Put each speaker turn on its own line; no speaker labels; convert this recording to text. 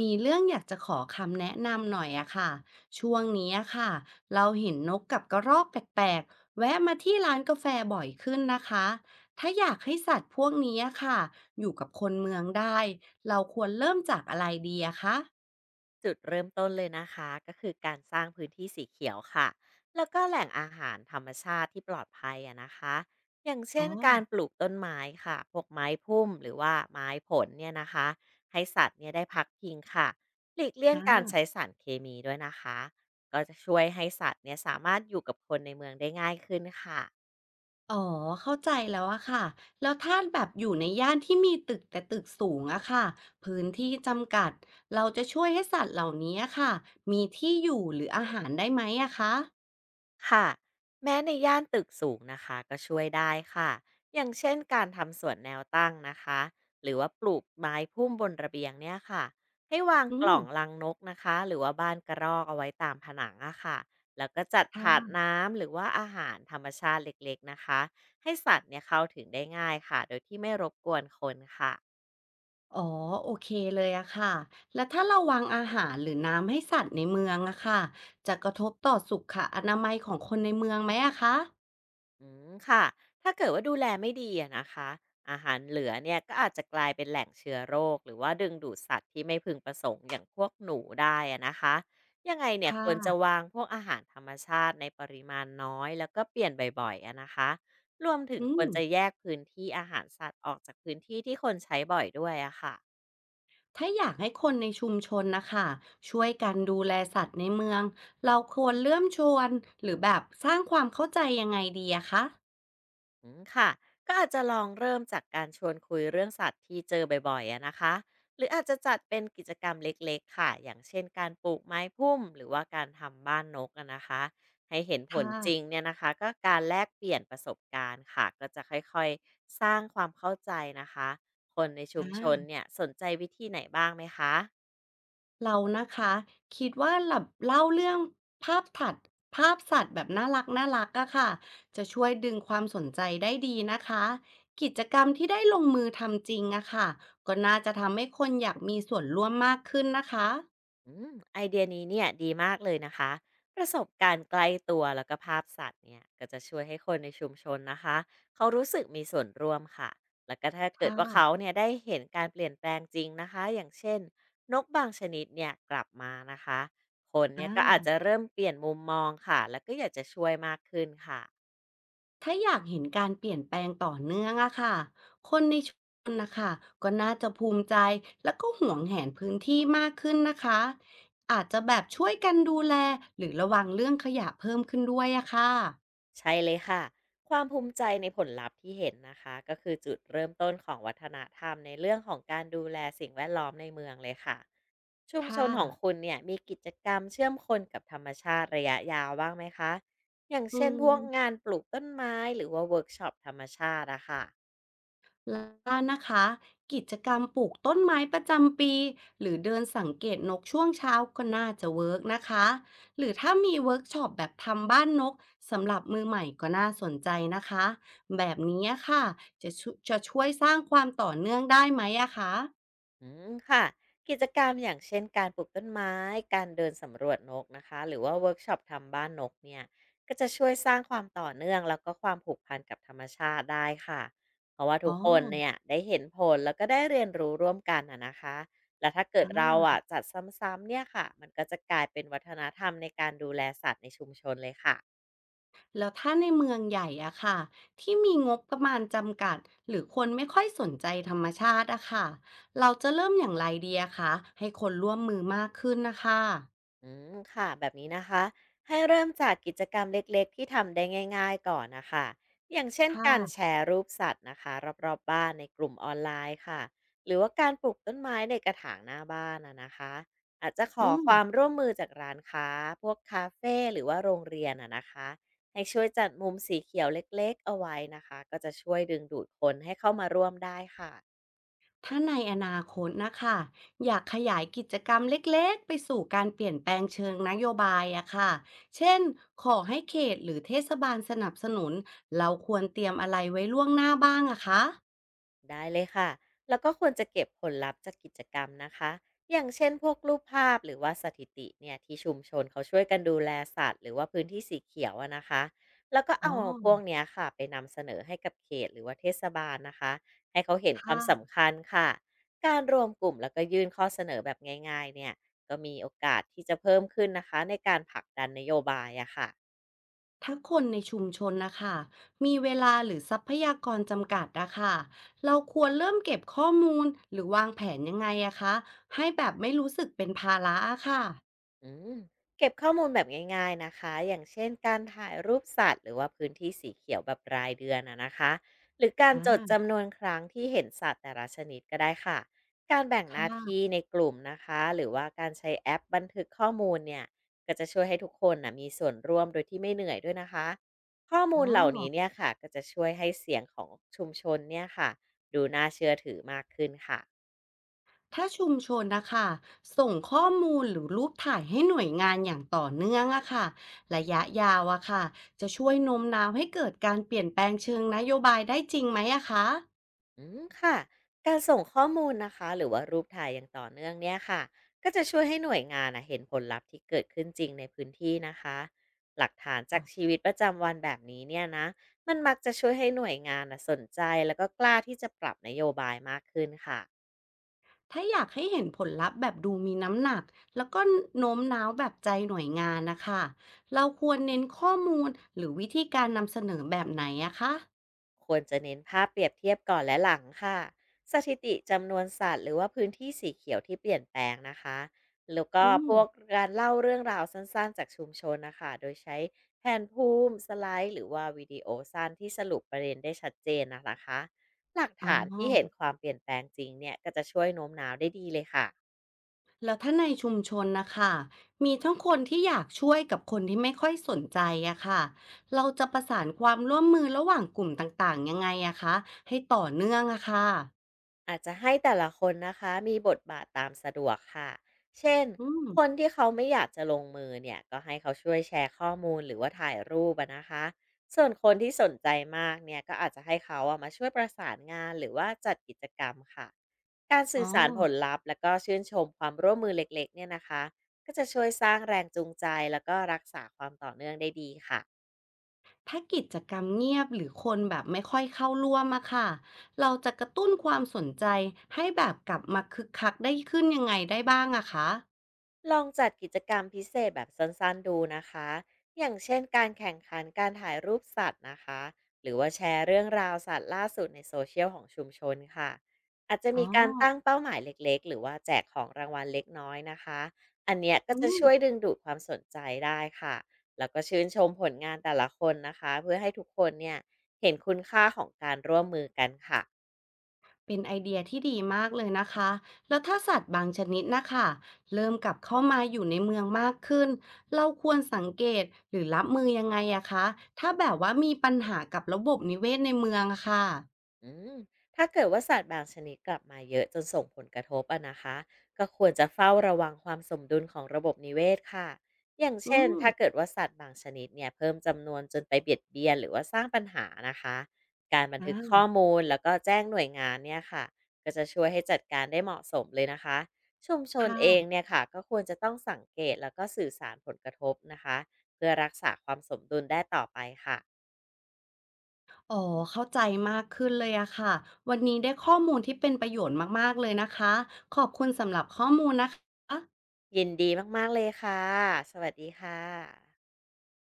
มีเรื่องอยากจะขอคำแนะนำหน่อยอะค่ะช่วงนี้อะค่ะเราเห็นนกกับกระรอกแปลกๆแวะมาที่ร้านกาแฟบ่อยขึ้นนะคะถ้าอยากให้สัตว์พวกนี้อะค่ะอยู่กับคนเมืองได้ เราควรเริ่มจากอะไรดีอะคะ
จุดเริ่มต้นเลยนะคะก็คือการสร้างพื้นที่สีเขียวค่ะแล้วก็แหล่งอาหารธรรมชาติที่ปลอดภัยอะนะคะอย่าง
อ๋
เช่
อ
นการปลูกต้นไม้ค่ะพวกไม้พุ่มหรือว่าไม้ผลเนี่ยนะคะให้สัตว์เนี่ยได้พักพิงค่ะหลีกเลี่ยง
อ่า
การใช้สารเคมีด้วยนะคะก็จะช่วยให้สัตว์เนี่ยสามารถอยู่กับคนในเมืองได้ง่ายขึ้นค่ะ
อ๋อเข้าใจแล้วอะค่ะแล้วถ้าแบบอยู่ในย่านที่มีตึกแต่ตึกสูงอะค่ะพื้นที่จำกัด เราจะช่วยให้สัตว์เหล่านี้อะค่ะมีที่อยู่หรืออาหารได้ไหมอะคะ
ค่ะแม้ในย่านตึกสูงนะคะก็ช่วยได้ค่ะอย่างเช่นการทำสวนแนวตั้งนะคะหรือว่าปลูกไม้พุ่มบนระเบียงเนี่ยค่ะให้วาง
อื
ก
ม
ล่องลังนกนะคะหรือว่าบ้านกระรอกเอาไว้ตามผนังอะค่ะแล้วก็จัดถาด
ค่ะ
น้ำหรือว่าอาหารธรรมชาติเล็กๆนะคะให้สัตว์เนี่ยเข้าถึงได้ง่ายค่ะโดยที่ไม่รบกวนคนค่ะ
อ๋อโอเคเลยอะค่ะแล้วถ้าเราวางอาหารหรือน้ำให้สัตว์ในเมืองอะค่ะจะกระทบต่อสุขอนามัยของคนในเมืองไหมอะคะ
อืมค่ะถ้าเกิดว่าดูแลไม่ดีอะนะคะอาหารเหลือเนี่ยก็อาจจะกลายเป็นแหล่งเชื้อโรคหรือว่าดึงดูดสัตว์ที่ไม่พึงประสงค์อย่างพวกหนูได้อะนะคะยังไง
ค
เนี่ยควรจะ
่ะ
วางพวกอาหารธรรมชาติในปริมาณน้อยแล้วก็เปลี่ยนบ่อยๆอะนะคะรวมถึง
อื
ค
ม
วรจะแยกพื้นที่อาหารสัตว์ออกจากพื้นที่ที่คนใช้บ่อยด้วยอะค่ะ
ถ้าอยากให้คนในชุมชนนะคะช่วยกันดูแลสัตว์ในเมืองเราควรเริ่มชวนหรือแบบสร้างความเข้าใจยังไงดีอะคะ
อืมค่ะก็อาจจะลองเริ่มจากการชวนคุยเรื่องสัตว์ที่เจอบ่อยๆอะนะคะหรืออาจจะจัดเป็นกิจกรรมเล็กๆค่ะอย่างเช่นการปลูกไม้พุ่มหรือว่าการทำบ้านนกอะนะคะให้เห็นผ
ค
ลจริง
่ะ
เนี่ยนะคะก็การแลกเปลี่ยนประสบการณ์ค่ะก็จะค่อยๆสร้างความเข้าใจนะคะคนในชุ
อ่
มชน
า
เนี่ยสนใจวิธีไหนบ้างไหมคะ
เรานะคะคิดว่าหลับเล่าเรื่องภาพถัดภาพสัตว์แบบน่ารักน่ารักอะค่ะจะช่วยดึงความสนใจได้ดีนะคะกิจกรรมที่ได้ลงมือทำจริงอะค่ะก็น่าจะทำให้คนอยากมีส่วนร่วมมากขึ้นนะคะ
อืมไอเดียนี้เนี่ยดีมากเลยนะคะประสบการณ์ใกล้ตัวแล้วก็ภาพสัตว์เนี่ยก็จะช่วยให้คนในชุมชนนะคะเขารู้สึกมีส่วนร่วมค่ะแล้วก็ถ้าเกิด
ค่ะ
ว่าเขาเนี่ยได้เห็นการเปลี่ยนแปลงจริงนะคะอย่างเช่นนกบางชนิดเนี่ยกลับมานะคะคน
อ่
เนี่ยก็อาจ
า
จะเริ่มเปลี่ยนมุมมองค่ะแล้วก็อยากจะช่วยมากขึ้นค่ะ
ถ้าอยากเห็นการเปลี่ยนแปลงต่อเนื่องอะค่ะ คนในชุมชนนะคะก็น่าจะภูมิใจแล้วก็หวงแหนพื้นที่มากขึ้นนะคะอาจจะแบบช่วยกันดูแลหรือระวังเรื่องขยะเพิ่มขึ้นด้วยอะค่ะ
ใช่เลยค่ะความภูมิใจในผลลัพธ์ที่เห็นนะคะก็คือจุดเริ่มต้นของวัฒนธรรมในเรื่องของการดูแลสิ่งแวดล้อมในเมืองเลยค่ะ ชุมช
ค่ะ
นของคุณเนี่ยมีกิจกรรมเชื่อมคนกับธรรมชาติระยะยาวบ้างไหมคะ อย่าง
อื
เช่นพวกงา
ม
นปลูกต้นไม้หรือว่าเวิร์กช็อปธรรมชาติอะค่ะ
แล้วนะคะกิจกรรมปลูกต้นไม้ประจำปีหรือเดินสังเกตนกช่วงเช้าก็น่าจะเวิร์กนะคะหรือถ้ามีเวิร์กช็อปแบบทำบ้านนกสำหรับมือใหม่ก็น่าสนใจนะคะแบบนี้ค่ะจะช่วยสร้างความต่อเนื่องได้ไหมอะคะ
อืมค่ะกิจกรรมอย่างเช่นการปลูกต้นไม้การเดินสำรวจนกนะคะหรือว่าเวิร์กช็อปทำบ้านนกเนี่ยก็จะช่วยสร้างความต่อเนื่องแล้วก็ความผูกพันกับธรรมชาติได้ค่ะเพราะว่า
อ๋
ทุ
อ
กคนเนี่ยได้เห็นผลแล้วก็ได้เรียนรู้ร่วมกันอะนะคะและถ้าเกิดเรา
อ่า
อ่ะจัดซ้ำๆเนี่ยค่ะมันก็จะกลายเป็นวัฒนธรรมในการดูแลสัตว์ในชุมชนเลยค่ะ
แล้วถ้าในเมืองใหญ่อะค่ะที่มีงบประมาณจำกัดหรือคนไม่ค่อยสนใจธรรมชาติอะค่ะเราจะเริ่มอย่างไรดีอะคะให้คนร่วมมือมากขึ้นนะคะ
อืมค่ะแบบนี้นะคะให้เริ่มจากกิจกรรมเล็กๆที่ทำได้ง่ายๆก่อนนะคะอย่างเช่น
ค่ะ
การแชร์รูปสัตว์นะคะรอบๆบ้านในกลุ่มออนไลน์ค่ะหรือว่าการปลูกต้นไม้ในกระถางหน้าบ้านนะนะคะอาจจะข
อื
อค
ม
วามร่วมมือจากร้านค้าพวกคาเฟ่หรือว่าโรงเรียนนะนะคะให้ช่วยจัดมุมสีเขียวเล็กๆเอาไว้นะคะก็จะช่วยดึงดูดคนให้เข้ามาร่วมได้ค่ะ
ถ้าในอนาคตนะคะอยากขยายกิจกรรมเล็กๆไปสู่การเปลี่ยนแปลงเชิงนโยบายอะค่ะเช่น ขอให้เขตหรือเทศบาลสนับสนุน เราควรเตรียมอะไรไว้ล่วงหน้าบ้างอะคะ
ได้เลยค่ะแล้วก็ควรจะเก็บผลลัพธ์จากกิจกรรมนะคะ อย่างเช่นพวกรูปภาพหรือว่าสถิติเนี่ยที่ชุมชนเขาช่วยกันดูแลสัตว์หรือว่าพื้นที่สีเขียวอะนะคะ แล้วก็
อ๋อ
เอาพวกเนี้ยค่ะไปนำเสนอให้กับเขตหรือว่าเทศบาลนะคะให้เขาเห็นความ
ค่ะ
สำคัญค่ะการรวมกลุ่มแล้วก็ยื่นข้อเสนอแบบง่ายๆเนี่ย ก็มีโอกาสที่จะเพิ่มขึ้นนะคะในการผลักดันนโยบายอะค่ะ
ถ้าคนในชุมชนนะคะมีเวลาหรือทรัพยากรจำกัดนะคะเราควรเริ่มเก็บข้อมูลหรือวางแผนยังไงอะคะให้แบบไม่รู้สึกเป็นภาระอะค่ะ
อืมเก็บข้อมูลแบบง่ายๆนะคะอย่างเช่นการถ่ายรูปสัตว์หรือว่าพื้นที่สีเขียวแบบรายเดือนอะนะคะหรือการจด
อ่า
จำนวนครั้งที่เห็นสัตว์แต่ละชนิดก็ได้ค่ะการแบ่ง
ค
หน้าที่
่ะ
ในกลุ่มนะคะหรือว่าการใช้แอปบันทึกข้อมูลเนี่ยก็จะช่วยให้ทุกคนนะมีส่วนร่วมโดยที่ไม่เหนื่อยด้วยนะคะข้อมู
อ๋
ล
อ
เหล่านี้เนี่ยค่ะก็จะช่วยให้เสียงของชุมชนเนี่ยค่ะดูน่าเชื่อถือมากขึ้นค่ะ
ถ้าชุมชนนะคะส่งข้อมูลหรือรูปถ่ายให้หน่วยงานอย่างต่อเนื่องอะค่ะระยะยาวอะค่ะจะช่วยโน้มน้าวให้เกิดการเปลี่ยนแปลงเชิงนโยบายได้จริงไหมอะคะ
อืมค่ะการส่งข้อมูลนะคะหรือว่ารูปถ่ายอย่างต่อเนื่องเนี่ยค่ะก็จะช่วยให้หน่วยงานนะเห็นผลลัพธ์ที่เกิดขึ้นจริงในพื้นที่นะคะหลักฐานจากชีวิตประจำวันแบบนี้เนี่ยนะมันมักจะช่วยให้หน่วยงานนะสนใจแล้วก็กล้าที่จะปรับนโยบายมากขึ้นค่ะ
ถ้าอยากให้เห็นผลลัพธ์แบบดูมีน้ำหนักแล้วก็โน้มน้าวแบบใจหน่วยงานนะคะเราควรเน้นข้อมูลหรือวิธีการนำเสนอแบบไหนอะคะ
ควรจะเน้นภาพเปรียบเทียบก่อนและหลังค่ะสถิติจำนวนสัตว์หรือว่าพื้นที่สีเขียวที่เปลี่ยนแปลงนะคะ แล้วก็
อืม
พวกการเล่าเรื่องราวสั้นๆจากชุมชนนะคะ โดยใช้แผนภูมิสไลด์หรือว่าวิดีโอสั้นที่สรุปประเด็นได้ชัดเจนนะคะ หลัก
อ๋
ฐานที่เห็น
อ
ความเปลี่ยนแปลงจริงเนี่ยก็จะช่วยโน้มน้าวได้ดีเลยค่ะ
แล้วถ้าในชุมชนนะคะมีทั้งคนที่อยากช่วยกับคนที่ไม่ค่อยสนใจอะค่ะเราจะประสานความร่วมมือระหว่างกลุ่มต่างๆยังไงอะคะให้ต่อเนื่องอะค่ะ
อาจจะให้แต่ละคนนะคะมีบทบาทตามสะดวกค่ะเช่น
อืม
คนที่เขาไม่อยากจะลงมือเนี่ยก็ให้เขาช่วยแชร์ข้อมูลหรือว่าถ่ายรูปอะนะคะส่วนคนที่สนใจมากเนี่ยก็อาจจะให้เขาอะมาช่วยประสานงานหรือว่าจัดกิจกรรมค่ะการ
อ๋อ
สื่อสารผลลัพธ์แล้วก็ชื่นชมความร่วมมือเล็กๆเนี่ยนะคะก็จะช่วยสร้างแรงจูงใจแล้วก็รักษาความต่อเนื่องได้ดีค่ะ
ถ้ากิจกรรมเงียบหรือคนแบบไม่ค่อยเข้าร่วมอะค่ะเราจะกระตุ้นความสนใจให้แบบกลับมาคึกคักได้ขึ้นยังไงได้บ้างอะคะ
ลองจัดกิจกรรมพิเศษแบบสั้นๆดูนะคะ อย่างเช่นการแข่งขันการถ่ายรูปสัตว์นะคะหรือว่าแชร์เรื่องราวสัตว์ล่าสุดในโซเชียลของชุมชนค่ะ อาจจะ
อ๋อ
มีการตั้งเป้าหมายเล็กๆหรือว่าแจกของรางวัลเล็กน้อยนะคะอันเนี้ยก็
อื
จะ
ม
ช่วยดึงดูดความสนใจได้ค่ะ แล้วก็ชื่นชมผลงานแต่ละคนนะคะเพื่อให้ทุกคนเนี่ยเห็นคุณค่าของการร่วมมือกันค่ะ
เป็นไอเดียที่ดีมากเลยนะคะแล้วถ้าสัตว์บางชนิดนะคะเริ่มกลับเข้ามาอยู่ในเมืองมากขึ้นเราควรสังเกตหรือรับมือยังไงอะคะถ้าแบบว่ามีปัญหากับระบบนิเวศในเมืองอะค่ะ
อืมถ้าเกิดว่าสัตว์บางชนิดกลับมาเยอะจนส่งผลกระทบอะนะคะก็ควรจะเฝ้าระวังความสมดุลของระบบนิเวศค่ะอย่าง
อื
เช่น
ม
ถ้าเกิดว่าสัตว์บางชนิดเนี่ยเพิ่มจำนวนจนไปเบียดเบียนหรือว่าสร้างปัญหานะคะการบัน
อ
ทึกข้อ
่า
มูลแล้วก็แจ้งหน่วยงานเนี่ยค่ะก็จะช่วยให้จัดการได้เหมาะสมเลยนะคะชุมชนเอง
ค่ะ
เนี่ยค่ะก็ควรจะต้องสังเกตแล้วก็สื่อสารผลกระทบนะคะเพื่อรักษาความสมดุลได้ต่อไปค่ะ
อ๋อเข้าใจมากขึ้นเลยอะค่ะวันนี้ได้ข้อมูลที่เป็นประโยชน์มากๆเลยนะคะขอบคุณสำหรับข้อมูลนะคะ
ยินดีมากๆเลยค่ะ สวัสดีค่ะ